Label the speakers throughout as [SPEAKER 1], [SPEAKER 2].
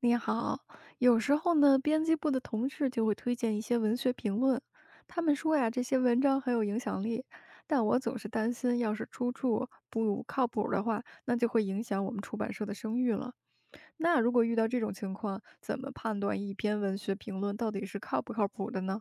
[SPEAKER 1] 你好，有时候呢，编辑部的同事就会推荐一些文学评论，他们说呀，这些文章很有影响力，但我总是担心，要是出处不靠谱的话，那就会影响我们出版社的声誉了。那如果遇到这种情况，怎么判断一篇文学评论到底是靠不靠谱的呢？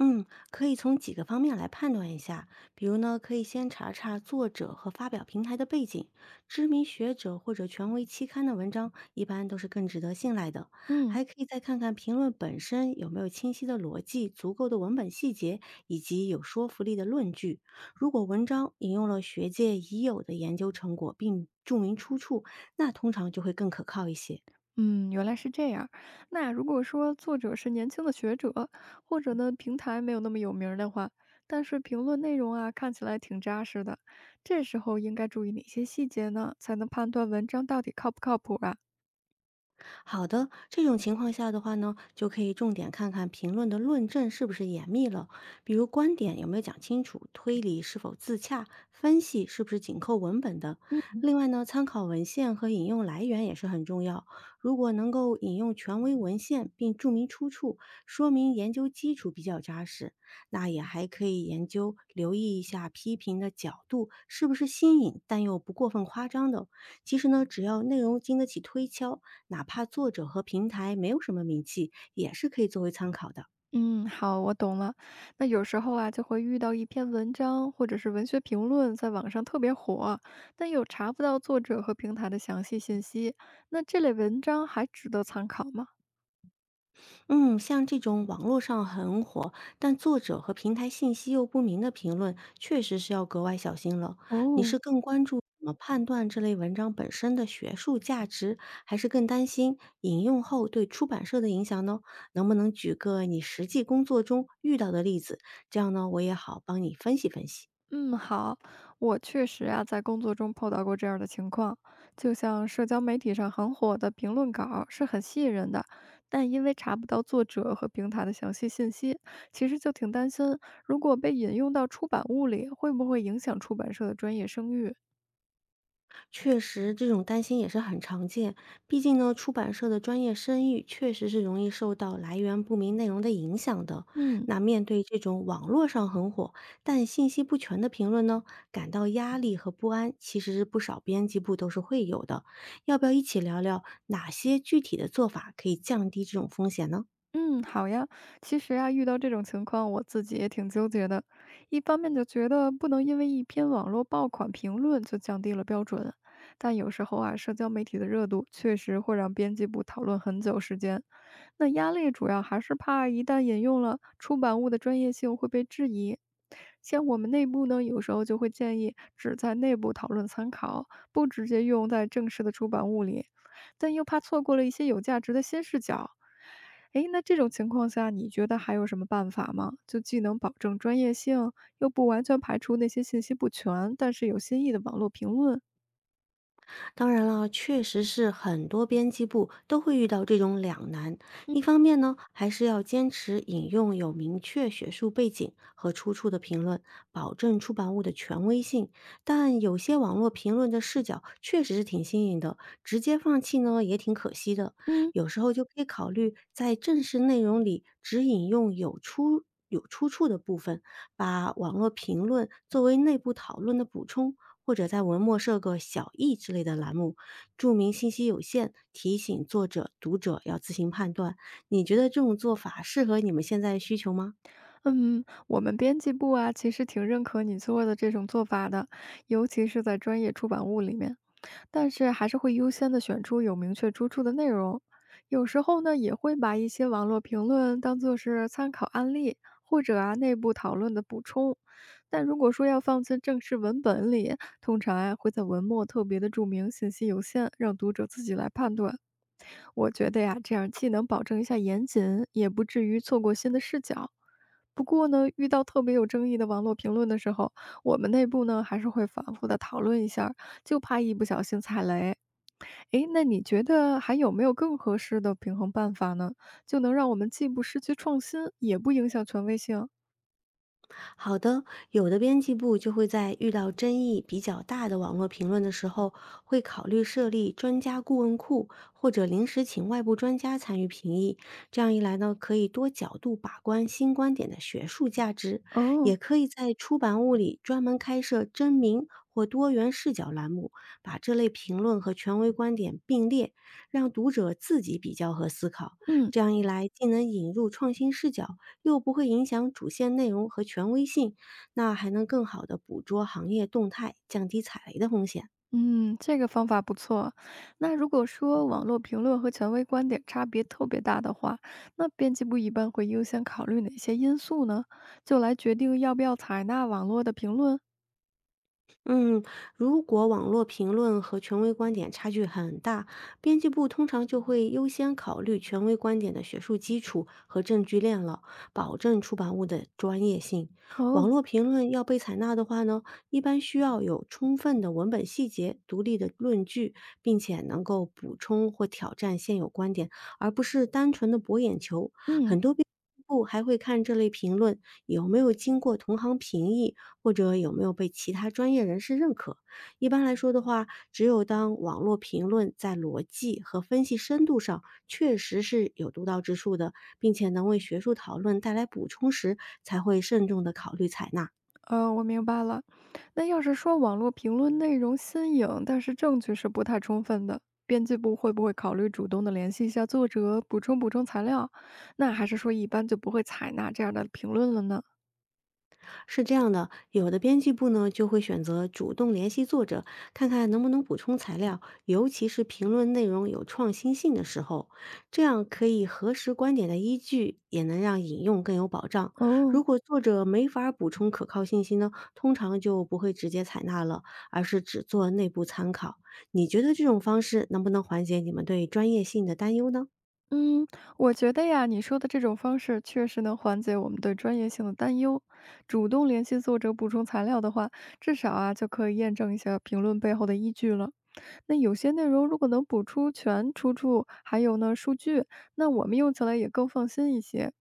[SPEAKER 2] 嗯，可以从几个方面来判断一下，比如呢，可以先查查作者和发表平台的背景，知名学者或者权威期刊的文章一般都是更值得信赖的。
[SPEAKER 1] 嗯。
[SPEAKER 2] 还可以再看看评论本身有没有清晰的逻辑、足够的文本细节以及有说服力的论据。如果文章引用了学界已有的研究成果并注明出处，那通常就会更可靠一些。
[SPEAKER 1] 嗯，原来是这样。那如果说作者是年轻的学者，或者呢平台没有那么有名儿的话，但是评论内容啊看起来挺扎实的，这时候应该注意哪些细节呢？才能判断文章到底靠不靠谱啊？
[SPEAKER 2] 好的，这种情况下的话呢，就可以重点看看评论的论证是不是严密了，比如观点有没有讲清楚，推理是否自洽，分析是不是紧扣文本的。
[SPEAKER 1] 嗯，
[SPEAKER 2] 另外呢，参考文献和引用来源也是很重要。如果能够引用权威文献并注明出处，说明研究基础比较扎实。那也还可以研究留意一下批评的角度是不是新颖但又不过分夸张的。其实呢，只要内容经得起推敲，哪怕作者和平台没有什么名气，也是可以作为参考的。
[SPEAKER 1] 嗯，好，我懂了。那有时候啊，就会遇到一篇文章或者是文学评论在网上特别火，但又查不到作者和平台的详细信息，那这类文章还值得参考吗？
[SPEAKER 2] 嗯，像这种网络上很火，但作者和平台信息又不明的评论，确实是要格外小心了。你是
[SPEAKER 1] 哦，
[SPEAKER 2] 更关注怎么判断这类文章本身的学术价值，还是更担心引用后对出版社的影响呢？能不能举个你实际工作中遇到的例子？这样呢，我也好帮你分析分析。
[SPEAKER 1] 嗯，好，我确实啊，在工作中碰到过这样的情况，就像社交媒体上很火的评论稿儿是很吸引人的，但因为查不到作者和平台的详细信息，其实就挺担心，如果被引用到出版物里，会不会影响出版社的专业声誉？
[SPEAKER 2] 确实，这种担心也是很常见。毕竟呢，出版社的专业声誉确实是容易受到来源不明内容的影响的。
[SPEAKER 1] 嗯。
[SPEAKER 2] 那面对这种网络上很火但信息不全的评论呢，感到压力和不安，其实是不少编辑部都是会有的。要不要一起聊聊哪些具体的做法可以降低这种风险呢？
[SPEAKER 1] 嗯，好呀。其实啊，遇到这种情况，我自己也挺纠结的。一方面就觉得不能因为一篇网络爆款评论就降低了标准，但有时候啊，社交媒体的热度确实会让编辑部讨论很久时间。那压力主要还是怕一旦引用了出版物的专业性会被质疑。像我们内部呢，有时候就会建议只在内部讨论参考，不直接用在正式的出版物里，但又怕错过了一些有价值的新视角。诶，那这种情况下，你觉得还有什么办法吗？就既能保证专业性，又不完全排除那些信息不全但是有新意的网络评论？
[SPEAKER 2] 当然了，确实是很多编辑部都会遇到这种两难。一方面呢，还是要坚持引用有明确学术背景和出处的评论，保证出版物的权威性。但有些网络评论的视角确实是挺新颖的，直接放弃呢也挺可惜的。
[SPEAKER 1] 嗯。
[SPEAKER 2] 有时候就可以考虑在正式内容里只引用有出处的部分，把网络评论作为内部讨论的补充。或者在文末设个“小异”之类的栏目，注明信息有限，提醒作者、读者要自行判断。你觉得这种做法适合你们现在的需求吗？
[SPEAKER 1] 嗯，我们编辑部啊，其实挺认可你做的这种做法的，尤其是在专业出版物里面。但是还是会优先的选出有明确出处的内容。有时候呢，也会把一些网络评论当做是参考案例，或者啊内部讨论的补充。但如果说要放进正式文本里，通常啊会在文末特别的注明信息有限，让读者自己来判断。我觉得呀，这样既能保证一下严谨，也不至于错过新的视角。不过呢，遇到特别有争议的网络评论的时候，我们内部呢还是会反复的讨论一下儿就怕一不小心踩雷。诶，那你觉得还有没有更合适的平衡办法呢？就能让我们既不失去创新，也不影响权威性？
[SPEAKER 2] 好的，有的编辑部就会在遇到争议比较大的网络评论的时候，会考虑设立专家顾问库，或者临时请外部专家参与评议。这样一来呢，可以多角度把关新观点的学术价值，
[SPEAKER 1] 哦，
[SPEAKER 2] 也可以在出版物里专门开设真名或多元视角栏目，把这类评论和权威观点并列，让读者自己比较和思考。
[SPEAKER 1] 嗯。
[SPEAKER 2] 这样一来，既能引入创新视角，又不会影响主线内容和权威性，那还能更好的捕捉行业动态，降低踩雷的风险。
[SPEAKER 1] 嗯，这个方法不错。那如果说网络评论和权威观点差别特别大的话，那编辑部一般会优先考虑哪些因素呢？就来决定要不要采纳网络的评论。
[SPEAKER 2] 嗯，如果网络评论和权威观点差距很大，编辑部通常就会优先考虑权威观点的学术基础和证据链了，保证出版物的专业性。网
[SPEAKER 1] 哦，
[SPEAKER 2] 络评论要被采纳的话呢，一般需要有充分的文本细节、独立的论据，并且能够补充或挑战现有观点，而不是单纯的博眼球。
[SPEAKER 1] 嗯，
[SPEAKER 2] 很多编辑部还会看这类评论有没有经过同行评议，或者有没有被其他专业人士认可。一般来说的话，只有当网络评论在逻辑和分析深度上确实是有独到之处的，并且能为学术讨论带来补充时，才会慎重的考虑采纳。
[SPEAKER 1] 我明白了。那要是说网络评论内容新颖，但是证据是不太充分的，编辑部会不会考虑主动的联系一下作者，补充补充材料？那还是说一般就不会采纳这样的评论了呢？
[SPEAKER 2] 是这样的，有的编辑部呢就会选择主动联系作者，看看能不能补充材料，尤其是评论内容有创新性的时候，这样可以核实观点的依据，也能让引用更有保障。
[SPEAKER 1] 哦，
[SPEAKER 2] 如果作者没法儿补充可靠信息呢，通常就不会直接采纳了，而是只做内部参考。你觉得这种方式能不能缓解你们对专业性的担忧呢？
[SPEAKER 1] 嗯，我觉得呀，你说的这种方式确实能缓解我们对专业性的担忧。主动联系作者补充材料的话，至少啊就可以验证一下评论背后的依据了。那有些内容如果能补出全出处，还有呢数据，那我们用起来也更放心一些。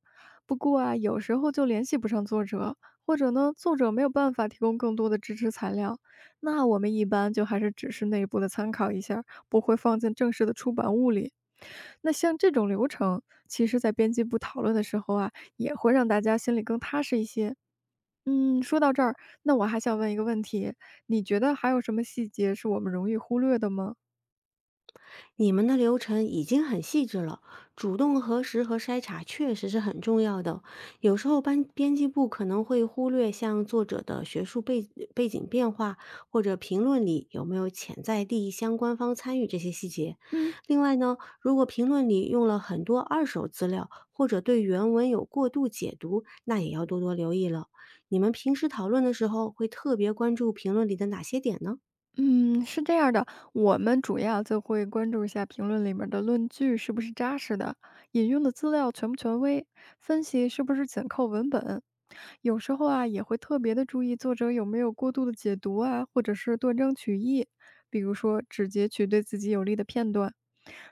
[SPEAKER 1] 不过啊，有时候就联系不上作者，或者呢作者没有办法提供更多的支持材料，那我们一般就还是只是内部的参考一下儿不会放进正式的出版物里。那像这种流程，其实在编辑部讨论的时候啊，也会让大家心里更踏实一些。嗯，说到这儿，那我还想问一个问题，你觉得还有什么细节是我们容易忽略的吗？
[SPEAKER 2] 你们的流程已经很细致了，主动核实和筛查确实是很重要的。有时候班编辑部可能会忽略像作者的学术背景变化，或者评论里有没有潜在利益相关方参与这些细节。
[SPEAKER 1] 嗯
[SPEAKER 2] 另外呢，如果评论里用了很多二手资料，或者对原文有过度解读，那也要多多留意了。你们平时讨论的时候会特别关注评论里的哪些点呢？
[SPEAKER 1] 嗯，是这样的，我们主要就会关注一下评论里面的论据是不是扎实的，引用的资料权不权威，分析是不是紧扣文本。有时候啊，也会特别的注意作者有没有过度的解读啊，或者是断章取义，比如说只截取对自己有利的片段。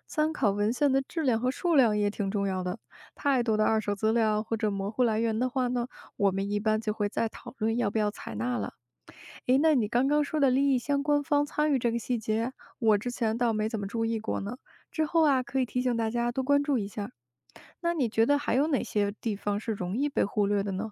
[SPEAKER 1] 参考文献的质量和数量也挺重要的。太多的二手资料或者模糊来源的话呢，我们一般就会再讨论要不要采纳了。诶，那你刚刚说的利益相关方参与这个细节，我之前倒没怎么注意过呢。之后啊，可以提醒大家多关注一下。那你觉得还有哪些地方是容易被忽略的呢？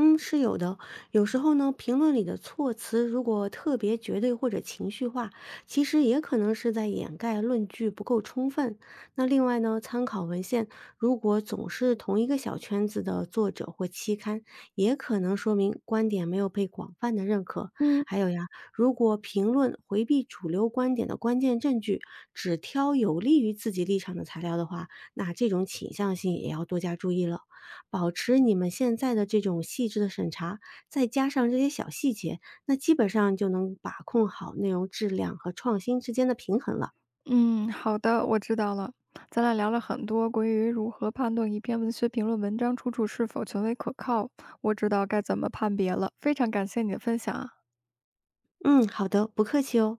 [SPEAKER 2] 嗯，是有的。有时候呢，评论里的措辞如果特别绝对或者情绪化，其实也可能是在掩盖论据不够充分。那另外呢，参考文献如果总是同一个小圈子的作者或期刊，也可能说明观点没有被广泛的认可。
[SPEAKER 1] 嗯，
[SPEAKER 2] 还有呀，如果评论回避主流观点的关键证据，只挑有利于自己立场的材料的话，那这种倾向性也要多加注意了。保持你们现在的这种细致的审查，再加上这些小细节，那基本上就能把控好内容质量和创新之间的平衡了。
[SPEAKER 1] 嗯，好的，我知道了。咱俩聊了很多关于如何判断一篇文学评论文章出处是否权威可靠，我知道该怎么判别了。非常感谢你的分享啊。
[SPEAKER 2] 嗯，好的，不客气哦。